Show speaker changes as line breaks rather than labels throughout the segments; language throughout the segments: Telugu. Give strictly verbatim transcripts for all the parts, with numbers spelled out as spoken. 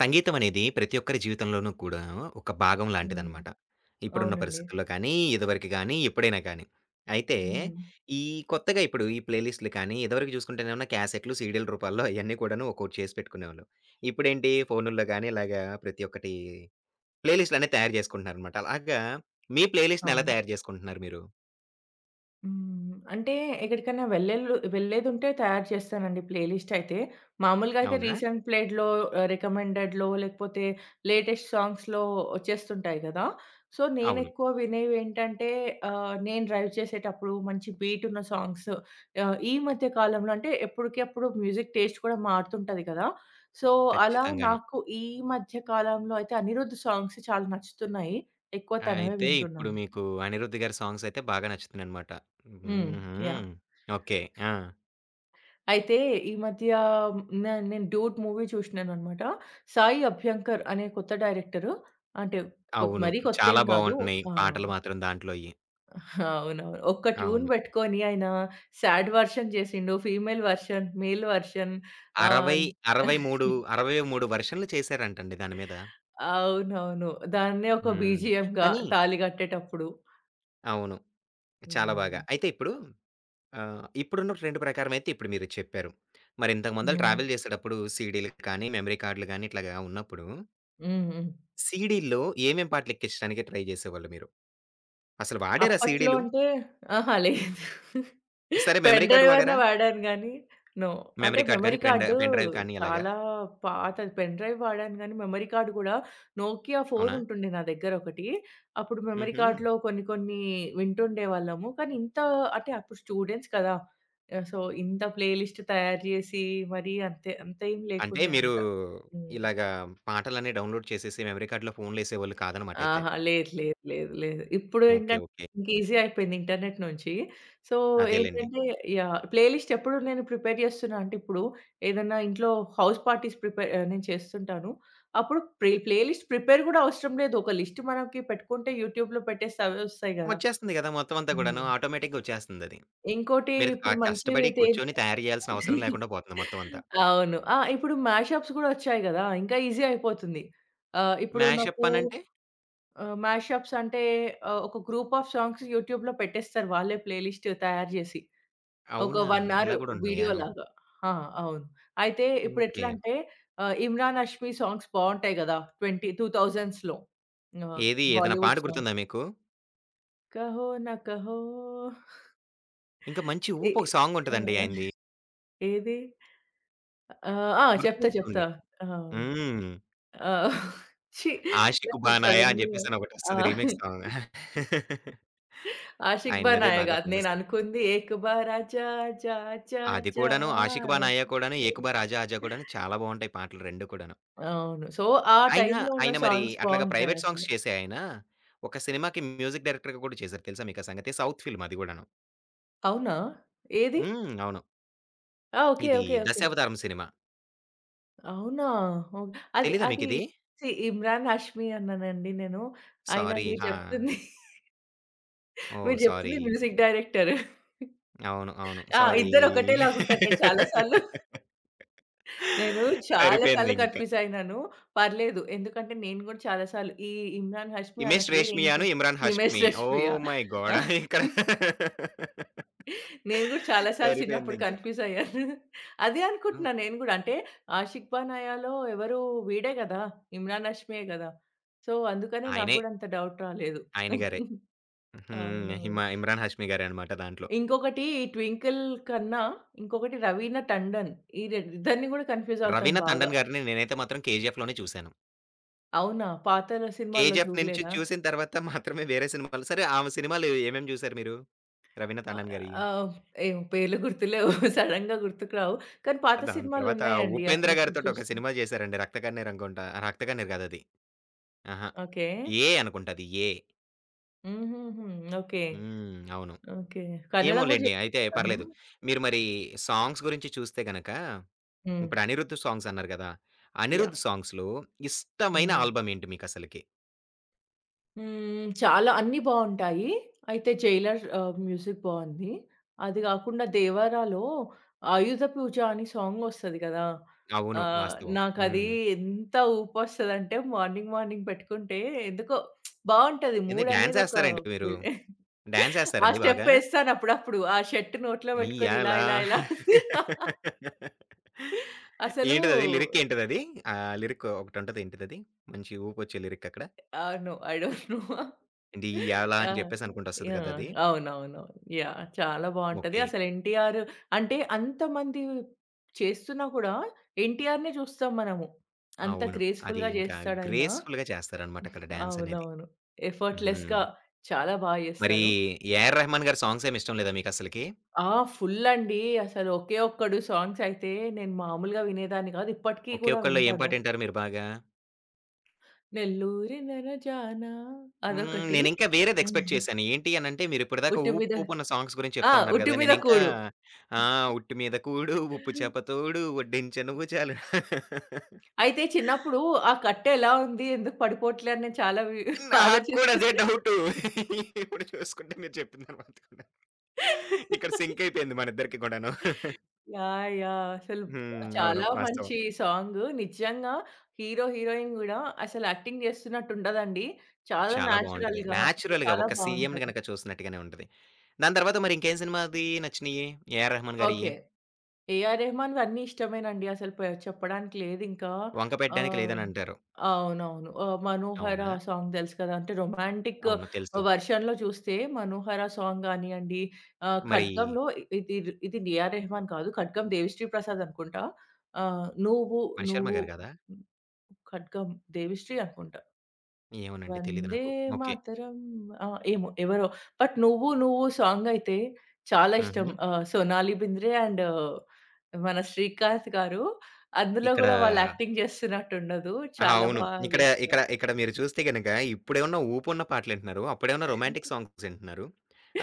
సంగీతం అనేది ప్రతి ఒక్కరి జీవితంలోనూ కూడా ఒక భాగం
హ్మ్.
లాంటిదనమాట. ఇప్పుడున్న
అవునండి.
పరిస్థితుల్లో కానీ, ఇదివరకు గానీ, ఎప్పుడైనా కానీ. అయితే
హ్మ్.
ఈ కొత్తగా ఇప్పుడు ఈ ప్లే లిస్ట్‌లు కానీ, ఇదివరకు చూసుకుంటేనేమన్నా క్యాసెట్‌లు, సీడీల రూపాల్లో అయన్నీ కూడాను ఒక్కోటి చేసి పెట్టుకునేవాళ్ళు. ఇప్పుడేంటి ఫోనుల్లో గానీ, ఇలాగా ప్రతి ఒక్కటి ప్లే లిస్ట్‌లనేవి తయారు చేసుకుంటున్నారనమాట. అలాగా మీ ప్లే లిస్ట్‌ని ఎలా
అవును.
తయారు చేసుకుంటున్నారు మీరు?
హ్మ్. అంటే ఎక్కడికైనా వెళ్ళేళ్ళు వెళ్ళేదుంటే తయారు చేస్తానండి ప్లే లిస్ట్ అయితే. మామూలుగా అయితే
అవునా?
రీసెంట్ ప్లేడ్‌లో ఆహ్, రికమెండెడ్‌లో లేకపోతే లేటెస్ట్ సాంగ్స్‌లో వచ్చేస్తుంటాయి గదా! సో,
అవును.
నేనెక్కువ వినేవి ఏంటంటే ఆహ్, నేను డ్రైవ్ చేసేటప్పుడు మంచి బీట్ ఉన్న సాంగ్స్. ఆహ్, ఈ మధ్య కాలంలో అంటే ఎప్పటికప్పుడు మ్యూజిక్ టేస్ట్ కూడా మారుతుంటది కదా! సో, అలా
ఖచ్చితంగాను.
నాకు ఈ మధ్య కాలంలో అయితే అనిరుద్ సాంగ్స్ చాలా నచ్చుతున్నాయి. ఎక్కువ తనవే
అయితే ఇప్పుడు
వింటున్నాను.
మీకు అనిరుద్ గారి సాంగ్స్ అయితే బాగా నచ్చుతున్నాయనమాట.
హ్మ్. యాహ్!
హుహు. ఓకే. ఆ!
అయితే ఈ మధ్య నే నేను 'డూడ్' మూవీ చూషినాననమాట. సాయి అభ్యంకర్ అనే కొత్త డైరెక్టరు. అంటే కొత్
అవును.
మరీ కొత్తేం
చాలా
కాదు.
బావున్నాయి.
ఆ!
పాటలు మాత్రం దాంట్లోయి.
అవునవును. ఒక్క ట్యూన్
అవును.
బెట్టుకొని ఆయన సాడ్ వర్షన్ జేసిండు. Female version, male version. ఆహ్,
అరవై, అరవై మూడు, అరవై మూడు వెర్షన్‌లు చేశారంటండి దాని మీద.
అవునవును. దాన్నే ఒక
హ్మ్.
బీజీఎంగా
కానీ
తాళి గట్టేటప్పుడు.
అవును. చాలా బాగా.
హ్మ్.
అయితే ఇప్పుడు ఆహ్, ఇప్పుడున్న ట్రెండ్ ప్రకారం అయితే ఇప్పుడు మీరు చెప్పారు. మరి ఇంతకు ముందల
హ్మ్.
ట్రావెల్ చేసేటప్పుడు సీడీలు కానీ, మెమరీ కార్డ్‌లు గానీ ఇట్లాగా ఉన్నప్పుడు
హ్మ్. హ్మ్.
సీడీల్లో ఏమేం పాటలు ఎక్కించడానికి ట్రై చేసేవాళ్ళు మీరు? అసలు వాడారా
అప్పట్లో
సీడీలు?
అంటే అహా, లేదు.
సరే
పెన్
మెమరీ కార్డ్
డ్రైవ్ అన్నా
వాడారా?
వాడాను గానీ, నో. అంటే
మెమరీ కార్డ్
మెమరీ
గాని, pen drive
card
pen drive కానీ అలాగా?
చాలా పాతది. పెన్ డ్రైవ్ వాడాను గానీ, మెమరీ కార్డ్ గూడా నోకియా
అవునా?
నాలుగు ఉంటుండే నా దగ్గర ఒకటి. అప్పుడు మెమరీ
హుహు.
కార్డ్‌లో కొన్ని కొన్ని వింటుండేవాళ్ళము. కానీ ఇంత అంటే అప్పుడు స్టూడెంట్స్ కదా! ఆహ్, సో, ఇంత ప్లే లిస్ట్ తయారు జేసి మరీ అంతే అంత ఏం
అంటే
లేకుండే
మీరు
అనమాట. హ్మ్.
ఇలాగా పాటలన్నీ డౌన్‌లోడ్ చేసేసి మెమరీ కార్డ్‌లో ఫోన్‌లేసేవాళ్ళు కాదనమాట అయితే.
ఆహా! లేదు, లేదు, లేదు, లేదు. ఇప్పుడు
ఓకే.
ఏంటంటే
ఓకే.
ఇంక ఈజీ అయిపోయింది ఇంటర్నెట్ నుంచి. సో,
అదేలెండి.
ఏంటంటే యాహ్! ప్లేలిస్ట్ ఎప్పుడు నేను ప్రిపేర్ చేస్తున్నా అంటే ఇప్పుడు ఏదన్నా ఇంట్లో హౌస్ పార్టీస్ ప్రిపేర్ ఆహ్, నేను చేస్తుంటాను. అప్పుడు ప్లే ప్లేలిస్ట్ ప్రిపేర్ కూడా అవసరం లేదు. ఒక లిస్ట్ మనకి పెట్టుకుంటే యూట్యూబ్‌లో పెట్టేస్తే అవే వస్తాయి గదా!
వచ్చేస్తుంది గదా! మొత్తం అంతా కూడాను.
హ్మ్.
ఆటోమేటిక్‌గా వచ్చేస్తుందది.
ఇంకోటి
మీరు
ఇప్పుడు
క కష్టపడి
మంచిదైతే
కూర్చొని తయారు
ఏంటంటే
చేయాల్సిన అవసరం లేకుండా పోతుంది మొత్తం అంతా.
అవును. ఆ! ఇప్పుడు మ్యాషప్స్ కూడా వచ్చాయి గదా! ఇంకా ఈజీ అయిపోతుంది. ఆహ్, ఇప్పుడు
మ్యాషప్
నాకు
అనంటే
ఆహ్, మ్యాషప్స్ అంటే ఆహ్, ఒక గ్రూప్ ఆఫ్ సాంగ్స్ యూట్యూబ్‌లో పెట్టేస్తారు వాళ్ళే ప్లేలిస్ట్ తయారు జేసి. ఒక
అవునా!
1 అవర్
ఇలా గూడా ఉంటున్నాయా?
వీడియోలాగా. ఆ! అవును. అయితే
ఓకే.
ఇప్పుడెట్లంటే ఆహ్, ఇమ్రాన్ హష్మీ సాంగ్స్ బావుంటాయి గదా! ఇరవై 2000స్‌లో ఆహ్,
ఏది ఏదైనా పాట
బాలీవుడ్ సాంగ్స్.
గుర్తుందా మీకు?
'కహో నా కహో'.
ఇంకా మంచి
ఏ
ఊపు ఒక సాంగ్ ఉంటదండి ఆయనది.
ఆ! ఏది? ఆహ్, ఆ!
గుర్తు
చెప్తా
తెచ్చుకోండి.
చెప్తా. ఆ!
హ్మ్.
ఆ! ఛీ!
'ఆషిక్
నాకు
బానాయ' అని
సడెన్‌గా
జెప్పేసని
ఆ!
ఒకటొస్తది రీమిక్స్ సాంగ్.
'ఆషిక్
ఆయనదదే
బనాయే'
బాగా
గాదు.
ఫేమస్.
నేననుకుంది 'ఏక్ బారా జా జా జా
అది
జా
కూడాను 'ఆషిక్ బా
జా'.
నాయ' కూడాను, 'ఏక్ బార్ ఆజా ఆజా' కూడాను చాలా బావుంటాయి పాటలు రెండు కూడాను.
అవును. సో, ఆ
ఆయన,
టైంలో ఉన్న
ఆయన మరి
సాంగ్స్
అట్లాగా ప్రైవేట్
బావుంటాయసలు.
సాంగ్స్ చేసే ఆయన, ఒక సినిమాకి మ్యూజిక్ డైరెక్టర్‌గా కూడా చేశారు తెలుసా మీకా సంగతి? సౌత్ ఫిల్మ్ అది గూడాను.
అవునా? ఏది?
హ్మ్. అవును.
ఆ! ఓకే,
ఇది
ఓకే, ఓకే.
'దశావతారం' సినిమా.
అవునా? ఓ అది
తెలీదా
అది
మీకిది?
సి ఇమ్రాన్ హాష్మి అన్నానండి నేను. ఆయన
సారీ.
మీరు
ఆ!
జెప్తుంది
ఓహ్!
మీరు జెప్తుంది
సారీ.
Music director.
అవును. అవును.
ఆ!
సారీ.
ఇద్దరు ఒకటే లాగుంటారు నేను చాలా సార్లు నేను చాలా సార్లు
సరిపోయిందింక.
కన్‌ఫ్యూజ్ అయినాను. పర్లేదు. ఎందుకంటే నేను గూడా చాలా సార్లు ఈ ఇమ్రాన్ హష్మి ఆయన
'హిమేష్
పేరేంటో
రేష్మియాను, Imran
Himesh
Hashmi.'
Reshammiya?
Oh my god! ఇక్కడ
నేను గూడా చాలా సార్లు చిన్నప్పుడు
సరిపోయిందింక.
కన్‌ఫ్యూజ్ అయ్యాను. అదే
హ్మ్.
అనుకుంటున్నా నేను గూడా. అంటే 'ఆషిక్ బనాయాలో' ఎవరు వీడే గదా! ఇమ్రాన్ హష్మియే గదా! సో, అందుకనే నాకు
ఆయనే.
గూడా అంత డౌట్ రాలేదు.
ఆయన గారే. హ్మ్. హిమ
అవునవును.
'ఇమ్రాన్ హాష్మి' గారే అనమాట దాంట్లో.
ఇంకొకటి ఈ 'ట్వింకిల్' కన్నా ఇంకొకటి 'రవీనా టండన్' ఈ రే ఇద్దరిని గూడా కన్‌ఫ్యూజ్ అవుతాను
'రవీనా
బాగా.
టండన్' గారిని నేనైతే మాత్రం 'కేజీఎఫ్' లోనే చూసాను.
అవునా? పాతల సినిమాల్లో
'కేజీఎఫ్' నుంచి
చూడలేదా?
చూసిన తర్వాత మాత్రమే వేరే సినిమాలు సరే ఆమె సినిమాలు ఏమేమి చూసారు మీరు? 'రవీనా
ఆహ్,
టండన్' గారియి.
ఆహ్, ఏమో పేర్లు గుర్తులేవు. సడెన్‌గా గుర్తుకు రావు. కానీ పాత
దాని తర్వాత
సినిమాలున్నాయండి.
'ఉపేంద్ర'
అప్పుడప్పుడు
గారితోటి ఒక
చూస్తాం.
సినిమా చేశారండి 'రక్త కన్నీర్' అనుకుంటా. 'రక్త కన్నీర్' కాదది. ఆహా!
ఓకే.
'ఏ' అనుకుంట అది 'ఏ'.
హుహుహు. ఓకే.
హ్మ్. అవును.
ఓకే. కన్నడ గూడా
ఏమోలెండి. అయితే
చేశారా తను?
పర్లేదు. మీరు మరి సాంగ్స్ గురించి చూస్తే గనక,
హ్మ్.
ఇప్పుడు 'అనిరుద్' సాంగ్స్ అన్నారు గదా! అనిరుద్
యాహ్!
సాంగ్స్‌లో ఇష్టమైన
హ్మ్.
ఆల్బమ్ ఏంటి మీకసలకి?
హ్మ్. చాలా అన్నీ బావుంటాయి. అయితే 'జైలర్' ఆహ్, మ్యూజిక్ బావుంది. అది గాకుండా 'దేవరా'లో 'ఆయుధ పూజ' అని సాంగొస్తది గదా!
అవును.
ఆహ్,
వాస్తవం.
నాకది
హ్మ్.
ఎంత ఊపొస్తదంటే మార్నింగ్, మార్నింగ్ పెట్టుకుంటే ఎందుకో బావుంటది.
ఏంది డాన్స్
మూడనేది ఒక
ఏస్తారేంటి మీరు?
బిల్
డాన్స్
ఆ
ఏస్తారండి బాగా?
స్టెప్పేస్తాను అప్పుడప్పుడు. ఆ షర్ట్ నోట్లో పెట్టుకొని ఇలా
ఇయ్యాల
ఇలా ఇలా అసలు
ఏంటిదది? లిరిక్ ఏంటిదది? ఆ లిరిక్ ఒకటుంటది ఏంటిదది? మంచి ఊపొచ్చే లిరిక్ అక్కడ.
ఆహ్, నో. I don't no.
ఇయ్యాల
ఆ!
అని చెప్పేసి అనుకుంటూ వస్తది కదా!
యాహ్!
అది.
అవునవునవును. యాహ్! చాలా బావుంటది.
ఓకే.
అసలు 'ఎన్టీఆర్' అంటే అంతమంది చేస్తున్నా కూడా ఎన్టీఆర్‌నే చూస్తాం మనము. అంత
అవును. అది
గ్రేస్‌ఫుల్‌గా
ఇంకా
చేస్తాడాయన.
గ్రేస్‌ఫుల్‌గా చేస్తారనమాట అక్కడ డాన్స్ అనేది.
అవునవును.
హుహు.
ఎఫర్ట్‌లెస్‌గా చాలా బా
మరి
చేస్తారు.
ఏఆర్ రెహమాన్ గారి సాంగ్స్ ఏమి ఇష్టం లేదా మీకసలకి?
ఆ! ఫుల్ అండి. అసలు ఒకే ఒక్కడు సాంగ్స్ అయితే నేను మామూలుగా వినేదాన్ని కాదు. ఇప్పటికి
ఒకే
కూడా
ఒక్కళ్ళో ఏం
వింటాను.
పాటింటారు మీరు బాగా?
'నెల్లూరి నెలజానా'
హ్మ్.
అదొకటి.
నేనింకా వేరేది ఎక్స్‌పెక్ట్ చేశాను. ఏంటి అనంటే మీరిప్పటిదాకా
'ఉట్టి
'ఊపు
మీద'.
ఊపు' అన్న సాంగ్స్ గురించి
ఆ!
చెప్తా ఉన్నారు
ఉట్టి
గదా!
మీద
నేనింకా
కూడు.
ఆ! ఉట్టి మీద కూడు, ఉప్పు చేప తోడు, వడ్డించె నువ్వు చాలు.
అయితే చిన్నప్పుడు ఆ కట్ట ఎలా ఉంది? ఎందుకు పడిపోవట్లే అని నేను చాలా వి
నాకు కూడా
ఆలోచిస్తాను.
అదే డౌటు. ఇప్పుడు చూసుకుంటే మీరు చెప్పిన తర్వాత కూడా. ఇక్కడ సింక్ అయిపోయింది మనిద్దరికి గూడాను.
యాహ్! యాహ్! అసలు
హ్మ్. అవును.
చాలా
వాస్తవం.
మంచి సాంగు. నిజంగా హీరో, హీరోయిన్ గూడా అసలు యాక్టింగ్ చేస్తున్నట్టు ఉండదండి. చాలా
చాలా బావుంటది.
నేచురల్‌గా అసలు
నేచురల్‌గా
చాలా
ఒక సీఎంని
బావుంటది.
గనక చూసినట్టుగానే ఉంటది. దాని తర్వాత మరి ఇంకేం సినిమాది నచ్చినియి? 'A R Rahman'
okay.
గారియి?
ఏఆర్ రెహమాన్‌వన్నీ ఇష్టమేనండి. అసలు ప చెప్పడానికి లేదింకా.
'వంక పెట్టడానికి
ఆహ్,
లేదని అంటారు.'
అవునవును. ఆహ్, 'మనోహర'
అవునా?
సాంగ్ తెలుసు కదా! అంటే రొమాంటిక్
అవును. తెలుసు.
వెర్షన్‌లో చూస్తే 'మనోహర' సాంగ్ గానియండి, ఆహ్,
మరి
'ఖడ్గంలో' ఇ- ఇది ఇది ఏఆర్ రెహమాన్ కాదు. 'ఖడ్గం' దేవిశ్రీ ప్రసాద్ అనుకుంటా. ఆహ్, 'నువ్వు
'మణిశర్మ'
నువ్వు'
గారు కాదా?
'ఖడ్గం' దేవిశ్రీ అనుకుంటా.
ఏమోనండి తెలీదు
వందే
నాకు. ఓకే.
మాతరం. ఆ! ఏమో ఎవరో బట్ 'నువ్వు నువ్వు' సాంగ్ అయితే చాలా ఇష్టం.
హుహు.
ఆహ్, సోనాలి బింద్రే అండ్ మన శ్రీకాంత్ గారు. అందులో
ఇక్కడ
గూడా వాళ్ళు యాక్టింగ్ చేస్తున్నట్టు ఉండదు. చాలా
అవును.
బా
ఇక్కడ ఇక్కడ
చేస్తారు.
ఇక్కడ మీరు చూస్తే గనక ఇప్పుడేమన్నా ఊపున్న పాటలింటున్నారు. అప్పుడేమన్నా రొమాంటిక్ సాంగ్స్ వింటున్నారు.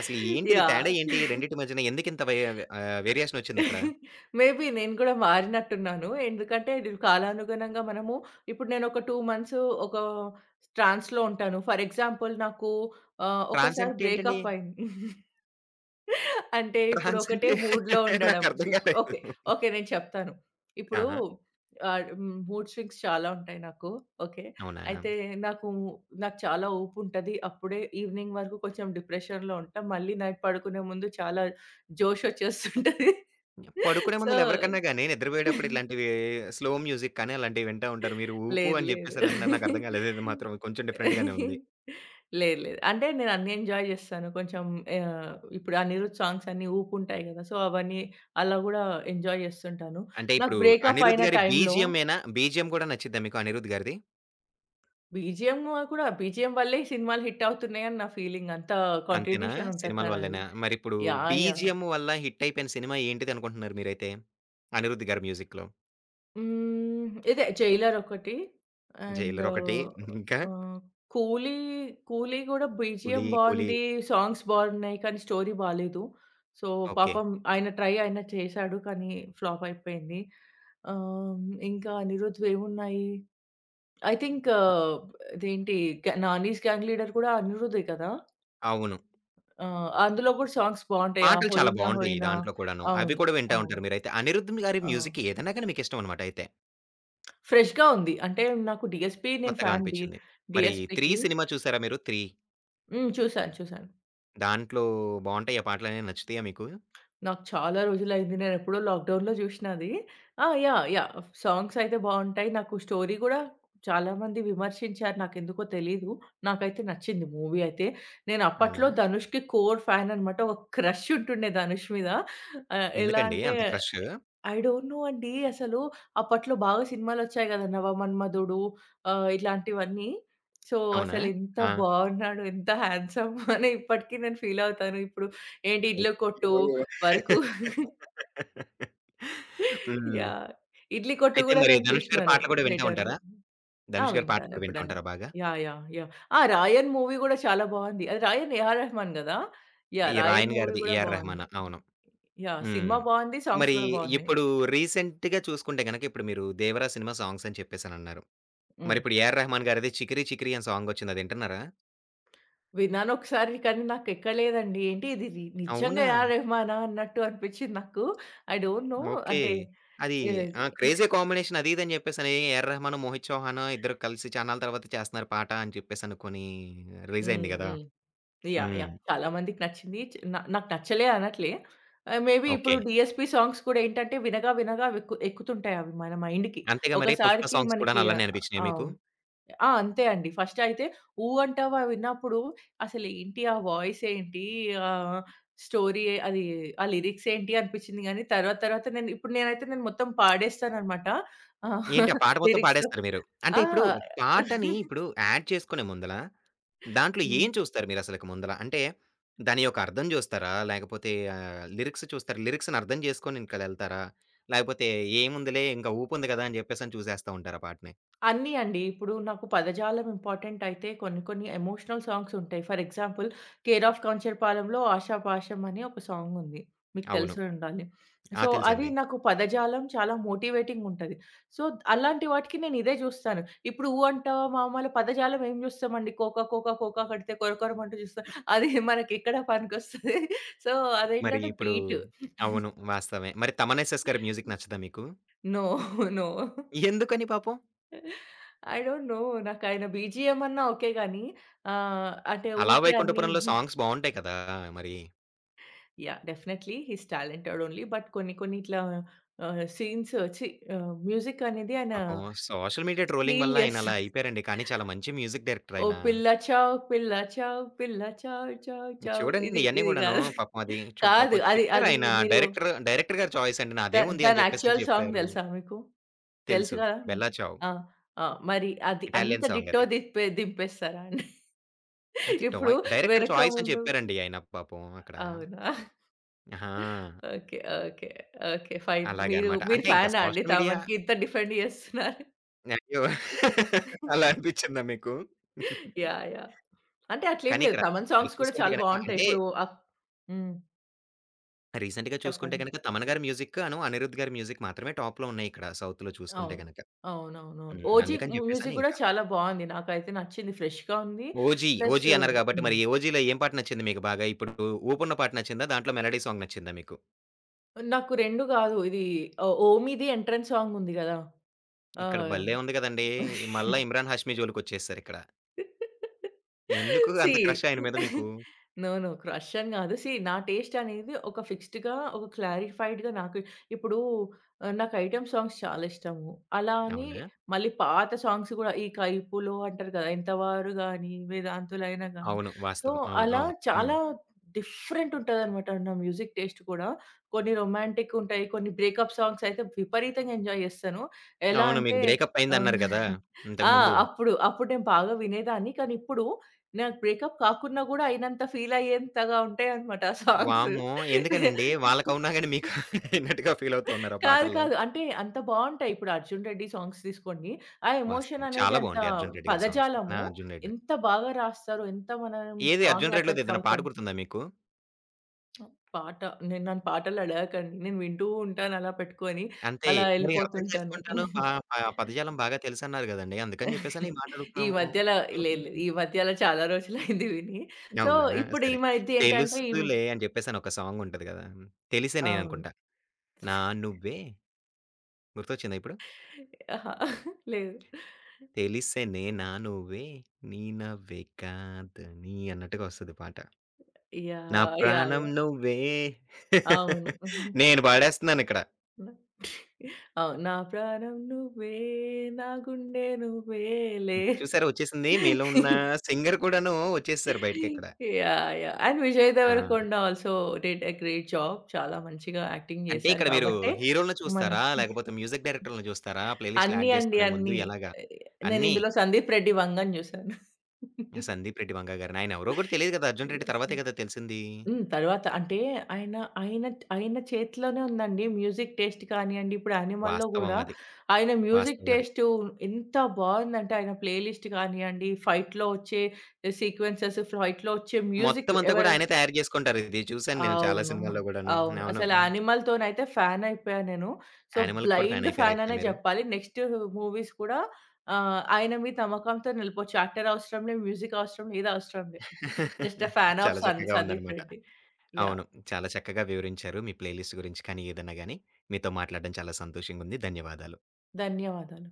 అసలు ఏంటిది తేడా ఏంటి?
యాహ్!
రెండిటి మధ్యన ఎందుకింత వే ఆహ్, వేరియేషనొచ్చిందక్కడ?
మేబీ నేను కూడా మారినట్టున్నాను. ఎందుకంటే ఇది కాలానుగుణంగా మనము ఇప్పుడు నేను ఒక రెండు మంత్స్ ఒక ట్రాన్స్‌లో ఉంటాను. ఫర్ ఎగ్జాంపుల్ నాకు ఆహ్,
ట్రాన్స్
ఒకసారి
అంటే ఏంటండి?
బ్రేకప్ అయింది. అంటే ఇప్పుడు
ట్రాన్స్
ఒకటే
అంటే
మూడ్‌లో ఉండడం.
నాకర్థం
ఇప్పుడు
కాలేదు.
ఓకే, ఓకే, నేను చెప్తాను. ఇప్పుడు
ఆహా!
ఆహ్, హ్మ్. మూడ్ స్వింగ్స్ చాలా ఉంటాయి నాకు. ఓకే.
అవునా?
అయితే నాకు, నాకు చాలా ఊపుంటది. అప్పుడే ఈవినింగ్ వరకు కొంచెం డిప్రెషన్‌లో ఉంటా. మళ్ళీ నైట్ పడుకునే ముందు చాలా జోషొచ్చేస్తుంటది.
పడుకునే
సో
ముందు ఎవరికన్నా గాని నిద్రపోయేటప్పుడు ఇట్లాంటివి స్లో మ్యూజిక్ కానీ అలాంటివి వింటా ఉంటారు. మీరు ఊపు
లేదు,
అని
లేదు,
చెప్పేసనంటున్నారు. నాకర్థం కాలేదు. ఇది మాత్రం కొంచెం డిఫరెంట్ గానే ఉంది.
లేదు, లేదు. అంటే నేను అన్నీ ఎంజాయ్ జేస్తాను. కొంచెం ఆహ్, ఇప్పుడు అనిరుద్ సాంగ్స్ అన్నీ ఊపుంటాయి గదా! సో, అవన్నీ అలా గూడా ఎంజాయ్ జేస్తుంటాను.
అంటే
నాకు
ఇప్పుడు
బ్రేకప్
'అనిరుద్'
అయిన
గారి
టైంలో
బీజీఎమేనా? బీజీఎం గూడా నచ్చిద్దా మీకు 'అనిరుద్' గారిది?
బీజీఎం కూడా బీజీఎం వల్లే ఈ సినిమాలు హిట్ అవుతున్నాయని నా ఫీలింగ్. అంత
అంతేనా?
కాంట్రిబ్యూషన్ ఉంటది
సినిమాల
తనది.
వల్లేనా? మరిప్పుడు
యాహ్! యాహ్!
బీజీఎం వల్ల హిట్ అయిపోయిన సినిమా ఏంటిదనుకుంటున్నారు మీరైతే? 'అనిరుద్' గారి మ్యూజిక్‌లో.
హ్మ్. ఇదే 'జైలర్' ఒకటి. అండ్
'జైలర్' ఒకటి ఇంకా
ఆహ్, 'కూలీ' 'కూలీ' గూడా బీజీఎం
'కూలి', 'కూలి'
బావుంది. సాంగ్స్ బావున్నాయి. కానీ స్టోరీ బాలేదు. So,
okay.
పాపం ఆయన ట్రై ఆయన చేశాడు. కానీ ఫ్లాప్ అయిపోయింది. ఆహ్, ఇంకా 'అనిరుద్‌వి' ఏమున్నాయి? ఐ థింక్ ఇదేంటి 'నానీస్ గ్యాంగ్ లీడర్' కూడా అనిరుదే కదా!
అవును.
ఆ! అందులో గూడా సాంగ్స్ బావుంటాయి. ఆ
పాటలు చాలా
'హోయినా
బావుంటాయి
హోయినా'.
దాంట్లో కూడాను. అవి
అవును,
కూడా వింటా
అవును.
ఉంటారు మీరైతే. 'అనిరుద్' గారి
ఆ!
మ్యూజిక్ ఏదన్నా గాని మీకిష్టం అనమాట అయితే.
ఫ్రెష్‌గా ఉంది. అంటే నాకు డీఎస్‌పీ నేను
కొత్తగా
ఫ్యాన్ డి
అనిపిచ్చింది. మరి 'త్రీ'
డీఎస్‌పీకి.
సినిమా చూసారా మీరు 'త్రీ'?
హ్మ్. చూసాను, చూసాను.
దాంట్లో బావుంటాయా పాటలనేవి నచ్చుతాయా మీకు?
నాకు చాలా రోజులైంది. నేనెప్పుడో లాక్‌డౌన్‌లో జూషినది. ఆ! యాహ్! యాహ్! సాంగ్స్ అయితే బావుంటాయి. నాకు స్టోరీ గూడా చాలామంది విమర్శించారు. నాకెందుకో తెలీదు. నాకైతే నచ్చింది మూవీ అయితే. నేను
అవునా?
అప్పట్లో ధనుష్‌కి కోర్ ఫ్యాన్ అనమాట. ఒక క్రష్ ఉంటుండే ధనుష్ మీద. ఆహ్, ఎలా
ఎందుకండి
అంటే
అంత క్రష్?
ఐ డోంట్ నో అండి. అసలు అప్పట్లో బాగా సినిమాలొచ్చాయి గదా! 'నవమన్మధుడు' ఆహ్, ఇలాంటివన్నీ. సో,
అవునా?
అసలెంత
ఆ!
బావున్నాడు, ఎంత హ్యాండ్సమ్ అని ఇప్పటికి నేను ఫీల్ అవుతాను. ఇప్పుడు ఏంటి 'ఇడ్ల కొట్టు'
అయ్యో!
వరకు.
హ్మ్.
యాహ్! ఇడ్లీ కొట్టు
అయితే
గూడా
మరి
నేను
'ధనుష్' గారి
చూషినాను
పాటలు గూడా వింటా
థియేటర్‌లో.
ఉంటారా?
ఆ!
'ధనుష్' గారి పాటలు
వింటాను
కూడా వింటా
ఎప్పుడన్నా.
ఉంటారా బాగా?
యాహ్! యాహ్! యాహ్! ఆ! 'రాయన్' మూవీ గూడా చాలా బావుంది. అది 'రాయన్' ఏఆర్ రెహమాన్ గదా! యాహ్!
ఈ
'రాయన్'
'రాయన్'
మూవీ
గారిది
గూడా
'ఏఆర్ రెహమాన్'
బావుంది.
అవును.
యాహ్! సినిమా
హ్మ్.
బావుంది. సాంగ్స్
మరి
గూడా బావున్నాయి.
ఇప్పుడు రీసెంట్‌గా చూసుకుంటే గనక ఇప్పుడు మీరు 'దేవరా' సినిమా సాంగ్స్ అని చెప్పేసనన్నారు.
హ్మ్.
మరిప్పుడు 'ఏఆర్ రెహమాన్' గారిది 'చికిరి చికిరి' అని సాంగ్ వచ్చింది అది వింటున్నారా?
విన్నాను ఒకసారి కానీ నాకెక్కలేదండి. ఏంటి ఇది రి నిజంగా
అవునా?
ఏఆర్ రెహమానా అన్నట్టు అనిపిచ్చింది నాకు. I don't know.
ఓకే.
అంటే
అది
ఏది
ఆ! క్రేజీ కాంబినేషన్ అది ఇది అని చెప్పేసని 'ఏఆర్ రెహమాన్', 'మోహిత్ చౌహాన్' ఇద్దరు కలిసి చాన్నాళ్ళ తర్వాత చేస్తున్నారు పాట అని చెప్పేసనుకోని రిలీజ్
హ్మ్.
అయింది గదా!
హ్మ్. యాహ్!
హ్మ్.
యాహ్! చాలా మందికి నచ్చింది. చ్ నా నాకు నచ్చలే అనట్లే. ఆహ్, మేబీ ఇప్పుడు
ఓకే.
డీఎస్‌పీ సాంగ్స్ కూడా ఏంటంటే వినగా వినగా వెక్కు ఎక్కుతుంటాయి అవి మన మైండ్‌కి.
అంతేగా మరి 'పుష్ప'
ఒకసారికి
సాంగ్స్ కూడాను
మనకి
అలానే
ఆహ్,
అనిపించినాయా మీకు?
అవును. ఆ! అంతే అండి. ఫస్ట్ అయితే 'ఊ అంటావా' విన్నప్పుడు అసలేంటి ఆ వాయిస్ ఏంటి? ఆహ్, స్టోరీ అది ఆ లిరిక్స్ ఏంటి అనిపించింది గానీ తర్వాత తర్వాత నేను ఇప్పుడు నేనైతే నేను మొత్తం పాడేస్తాననమాట. ఆహ్,
ఏంటి ఆ పాట మొత్తం
లిరిక్స్‌తో.
పాడేస్తారు మీరు. అంటే
ఆ!
ఇప్పుడు పాటని ఇప్పుడు యాడ్ చేసుకునే ముందల, దాంట్లో
హ్మ్.
ఏం చూస్తారు మీరసలకి ముందల? అంటే దాని యొక్క అర్థం చూస్తారా? లేకపోతే ఆహ్, లిరిక్స్ చూస్తారా? లిరిక్స్‌ని అర్థం చేసుకొని ఇంకలెళ్తారా? లేకపోతే ఏముందిలే ఇంకా ఊపుంది కదా! అని చెప్పేసని చూసేస్తా ఉంటారా పాటని?
అన్నీ అండి. ఇప్పుడు నాకు పదజాలం ఇంపార్టెంట్ అయితే కొన్ని కొన్ని ఎమోషనల్ సాంగ్స్ ఉంటాయి. ఫర్ ఎగ్జాంపుల్ 'కేర్ ఆఫ్ కంచరపాలెంలో' 'ఆషాపాషం' అని ఒక సాంగ్ ఉంది. మీకు
అవును.
తెలిసే ఉండాలి.
ఆ!
సో, అది
తెలుసండి.
నాకు పదజాలం చాలా మోటివేటింగ్ ఉంటది. సో, అలాంటి వాటికి నేను ఇదే చూస్తాను. ఇప్పుడు 'ఊ అంటావా మామల' పదజాలం ఏం చూస్తామండి? కోకా కోకా కోకా కడితే కొరకొరమంటూ చూస్తాం. అది మనకి ఎక్కడ పనికొస్తది? సో,
మరి
అదేంటంటే
ఇప్పుడు
బీట్.
అవును. వాస్తవమే. మరి 'తమన్ ఎస్ ఎస్' గారి మ్యూజిక్ నచ్చదా మీకు?
No, no.
ఎందుకని పాపం?
I don't know. నాకాయన బీజీఎం అన్నా ఓకే గానీ, ఆహ్, అంటే
'అలా
ఊరికే అన్నీ
వైకుంఠపురంలో' సాంగ్స్ బావుంటాయి కదా! మరి.
Yeah! Definitely he is talented only. But కొన్ని కొన్ని ఇట్లా ఆహ్, సీన్స్ ఛీ ఆహ్, మ్యూజిక్ అనేది ఆయన
పాపం సోషల్ మీడియా ట్రోలింగ్
స్టీల్
వల్ల ఆయన
చేస్తు
అలా అయిపోయారండి. కానీ చాలా మంచి మ్యూజిక్ డైరెక్టర్
ఓ
ఆయన.
పిల్ల చావ్, పిల్ల చావ్, పిల్ల చావ్ చావ్ చావ్
చూడండి
ఇది
ఇయన్నీ
ఇది
గూడాను
కాదు.
పాపం అది చు
కాదు.
పాపం
అది అది
చెప్పారాయన
మీరు
డైరెక్టర్ డైరెక్టర్ గారి చాయిస్ అండి.
ద
నాదేముంది
దాని
అని చెప్పేసని
యాక్చువల్ సాంగ్
చెప్పారు.
తెలుసా మీకు? తెలుసు
తెలుసు.
కదా, మీకు.
'బెల్లా చావ్'
ఆ! ఆ! మరి అది అంత
ఇటాలియన్ సాంగ్
డిట్టో
అది.
దింపే దింపేస్తారా అండి?
అది
ఇప్పుడు
టాయ్ డైరెక్టర్
వెనక
చాయిస్ అని
ముందు
చెప్పారండి ఆయన పాపం అక్కడ.
అవునా?
ఆహా!
Okay, okay, okay. ఫైన్. మీరు
అలాగనమాట.
మీరు
అంటే ఇంకా
ఫ్యానా అండి
సోషల్ మీడియా
తమన్‌కి? ఇంత డిఫెండ్ చేస్తున్నారు.
అయ్యో! అలా అనిపిచ్చిందా మీకు?
యాహ్! యాహ్! అంటే అట్లేం
కానీ
లేదు.
ఇక్కడ
తమన్
మరి
సాంగ్స్ కూడా
చూసుకుంటే
చాలా
గనక
బావుంటాయి.
అంటే
ఇప్పుడు అక్ హ్మ్.
రీసెంట్‌గా చూసుకుంటే
చెప్పండి.
గనక 'తమన్' గారి మ్యూజిక్ అను, 'అనిరుద్' గారి మ్యూజిక్ మాత్రమే టాప్‌లో ఉన్నాయి ఇక్కడ సౌత్‌లో చూసుకుంటే
అవును.
గనక.
అవునవునవును.
హ్మ్.
'ఓజీ'
అందుకని చెప్పేసని
మ్యూజిక్ కూడా
ఇంకా
చాలా బావుంది. నాకైతే నచ్చింది. ఫ్రెష్‌గా ఉంది.
'ఓజీ',
ప్లస్
'ఓజీ' అన్నారు కాబట్టి
హ్మ్.
మరి 'ఓజీలో' ఏం పాట నచ్చింది మీకు బాగా? ఇప్పుడు 'ఊపున్న' పాట నచ్చిందా? దాంట్లో మెలోడీ సాంగ్ నచ్చిందా మీకు?
నాకు రెండు కాదు. ఇది ఓ 'ఓమి'ది ఎంట్రన్స్ సాంగ్ ఉంది కదా! ఆ!
ఇక్కడ భలే ఉంది గదండీ! మళ్ళా ఇమ్రాన్ హాష్మి జోలికొచ్చేసారు ఇక్కడ. ఎందుకు
సీ
అంత క్రష్ ఆయన మీద మీకు?
No, no. క్రష్ అని గాదు. సీ నా టేస్ట్ అనేది ఒక ఫిక్స్‌డ్‌గా, ఒక క్లారిఫైడ్‌గా నాకు ఇప్పుడు ఆహ్, నాకు ఐటెమ్ సాంగ్స్ చాలా ఇష్టము. అలా అని
అవునా?
మళ్ళీ పాత సాంగ్స్ గూడా ఈ 'కైపులో' అంటారు గదా! 'ఎంతవారు' గానీ, 'వేదాంతులైన' గానీ,
అవును.
సో,
వాస్తవం. అవును.
అలా
అవును. హ్మ్.
చాలా డిఫరెంట్ ఉంటదనమాట నా మ్యూజిక్ టేస్ట్ కూడా. కొన్ని రొమాంటిక్ ఉంటాయి. కొన్ని బ్రేకప్ సాంగ్స్ అయితే విపరీతంగా ఎంజాయ్ జేస్తాను. ఎలా
అవును.
అంటే
మీకు బ్రేకప్
ఆహ్
అయిందన్నారు గదా!
ఆ!
ఇంతకుముందు.
అప్పుడు. అప్పుడు నేను బాగా వినేదాన్ని. కానీ ఇప్పుడు నాకు బ్రేకప్ కాకున్నా గూడా అయినంత ఫీల్ అయ్యేంతగా ఉంటాయన్నమాట ఆ సాంగ్స్.
వామ్మో! ఎందుకనండి? వాళ్ళకి అవునా గాని మీకు అయినట్టుగా ఫీల్ అవుతూ ఉన్నారు ఆ
కాదు,
పాటల్లో.
కాదు. అంటే అంత బావుంటాయి. ఇప్పుడు 'అర్జున్ రెడ్డి' సాంగ్స్ తీసుకోండి. ఆ ఎమోషన్
వాస్తవం.
అనేది
చాలా
అంత
బావుంటాయి 'అర్జున్ రెడ్డి' గారి సాంగ్స్. ఆ!
పదజాలము
'అర్జున్ రెడ్డి'.
ఎంత బాగా రాస్తారో, ఎంత మనం
ఏది
స్ట్రాంగ్‌గా
'అర్జున్ రెడ్డి'లోది
ఎఫెక్ట్
ఏదైనా పాట
అవుతాం.
గుర్తుందా మీకు?
పాట నేను నన్ను పాటలు అడగకండి. నేను వింటూ ఉంటాను అలా పెట్టుకొని.
అంటే
అలా
మరి అర్థం
ఎళ్ళిపోతుంటాను.
చేసుకుంటాను ప ప పదజాలం బాగా తెలుసన్నారు గదండీ! అందుకని జెప్పేసని ఈ మాట
ఈ
అడుగుతున్నాము.
మధ్యలో
తప్పేముంది?
లేదు, లేదు. ఈ మధ్యలో చాలా రోజులైంది విని. సో,
అవునా?
ఇప్పుడు ఈ
సరే.
మధ్య ఏంటంటే ఈ
'తెలుసులే' అని జెప్పేసని ఒక సాంగ్ ఉంటది గదా! 'తెలిసే నేను'
అవును.
అనుకుంటా. నా నువ్వే గుర్తొచ్చిందా ఇప్పుడు?
అహా, లేదు.
'తెలిసేనే నా నువ్వే నీ నవ్వే కాదని' అన్నట్టుగా వస్తది పాట. నా
యాహ్! యాహ్!
ప్రాణం
యాహ్!
నువ్వే
అవును.
నేను పాడేస్తున్నానిక్కడ.
అవును. నా ప్రాణం నువ్వే, నా గుండె నువ్వేలే.
చూసారా వచ్చేసింది. మీలో ఉన్న సింగర్ కూడాను వచ్చేసారు బయటికిక్కడ.
యాహ్! యాహ్! అండ్ విజయ్
ఆ!
Deverakonda also did a great job. చాలా మంచిగా యాక్టింగ్
అంటే
చేశారు
ఇక్కడ మీరు
కాబట్టే
హీరోలని చూస్తారా?
మనకి
లేకపోతే మ్యూజిక్ డైరెక్టర్‌లని చూస్తారా? ప్లే లిస్ట్‌లో
అన్నీ
యాడ్
అండి.
చేసుకునే ముందు
అన్నీ.
ఎలాగా?
ఆహ్, నేను
అన్నీ.
ఇందులో సందీప్ రెడ్డి వంగని జూసాను.
'సందీప్ రెడ్డి వంగ' గారిని. ఆయన ఎవరో కూడా తెలియదు కదా! 'అర్జున్ రెడ్డి'
యెస్.
తర్వాతే కదా తెలిసింది.
హ్మ్. తర్వాత అంటే ఆయన, ఆయన, ఆయన చేతిలోనే ఉందండి మ్యూజిక్ టేస్ట్ కానియండి, ఇప్పుడు 'యానిమల్‌లో'
వాస్తవం
గూడా
అది.
ఆయన మ్యూజిక్
వాస్తవం అది.
టేస్టు ఎంత బావుందంటే ఆయన ప్లే లిస్ట్ కానియండి, ఫైట్‌లో వచ్చే సీక్వెన్సెస్, ఫైట్‌లో వచ్చే మ్యూజిక్
మొత్తం అంతా
ఎవర
కూడా ఆయనే తయారు చేసుకుంటారు. ఇది చూసాను నేను చాలా
అవునవును.
సినిమాల్లో కూడాను.
అవును.
అవును.
అసలు 'యానిమల్‌తోనైతే ఫ్యాన్ అయిపోయా నేను. సో,
యానిమల్‌కి కూడా ఫ్యాన్
బ్లైండ్ ఫ్యాన్
అయిపోయారైతే
అనే
మీరు.
చెప్పాలి. నెక్స్ట్ మూవీస్ కూడా ఆహ్, ఆయన మీ తమ్మకంతో నిలిపోవచ్చు. యాక్టర్ అవసరం లే, మ్యూజిక్ అవసరం లే, ఏది అవసరం లే. జస్ట్ ఎ ఫ్యాన్ ఆఫ్
చాలా
'సన్'
చక్కగా
'సందీప్
ఉందన్నమాట.
రెడ్డి.' యాహ్!
అవును. చాలా చక్కగా వివరించారు మీ ప్లేలిస్ట్ గురించి కానీ, ఏదన్నా గాని. మీతో మాట్లాడడం చాలా సంతోషంగుంది. ధన్యవాదాలు.
ధన్యవాదాలు.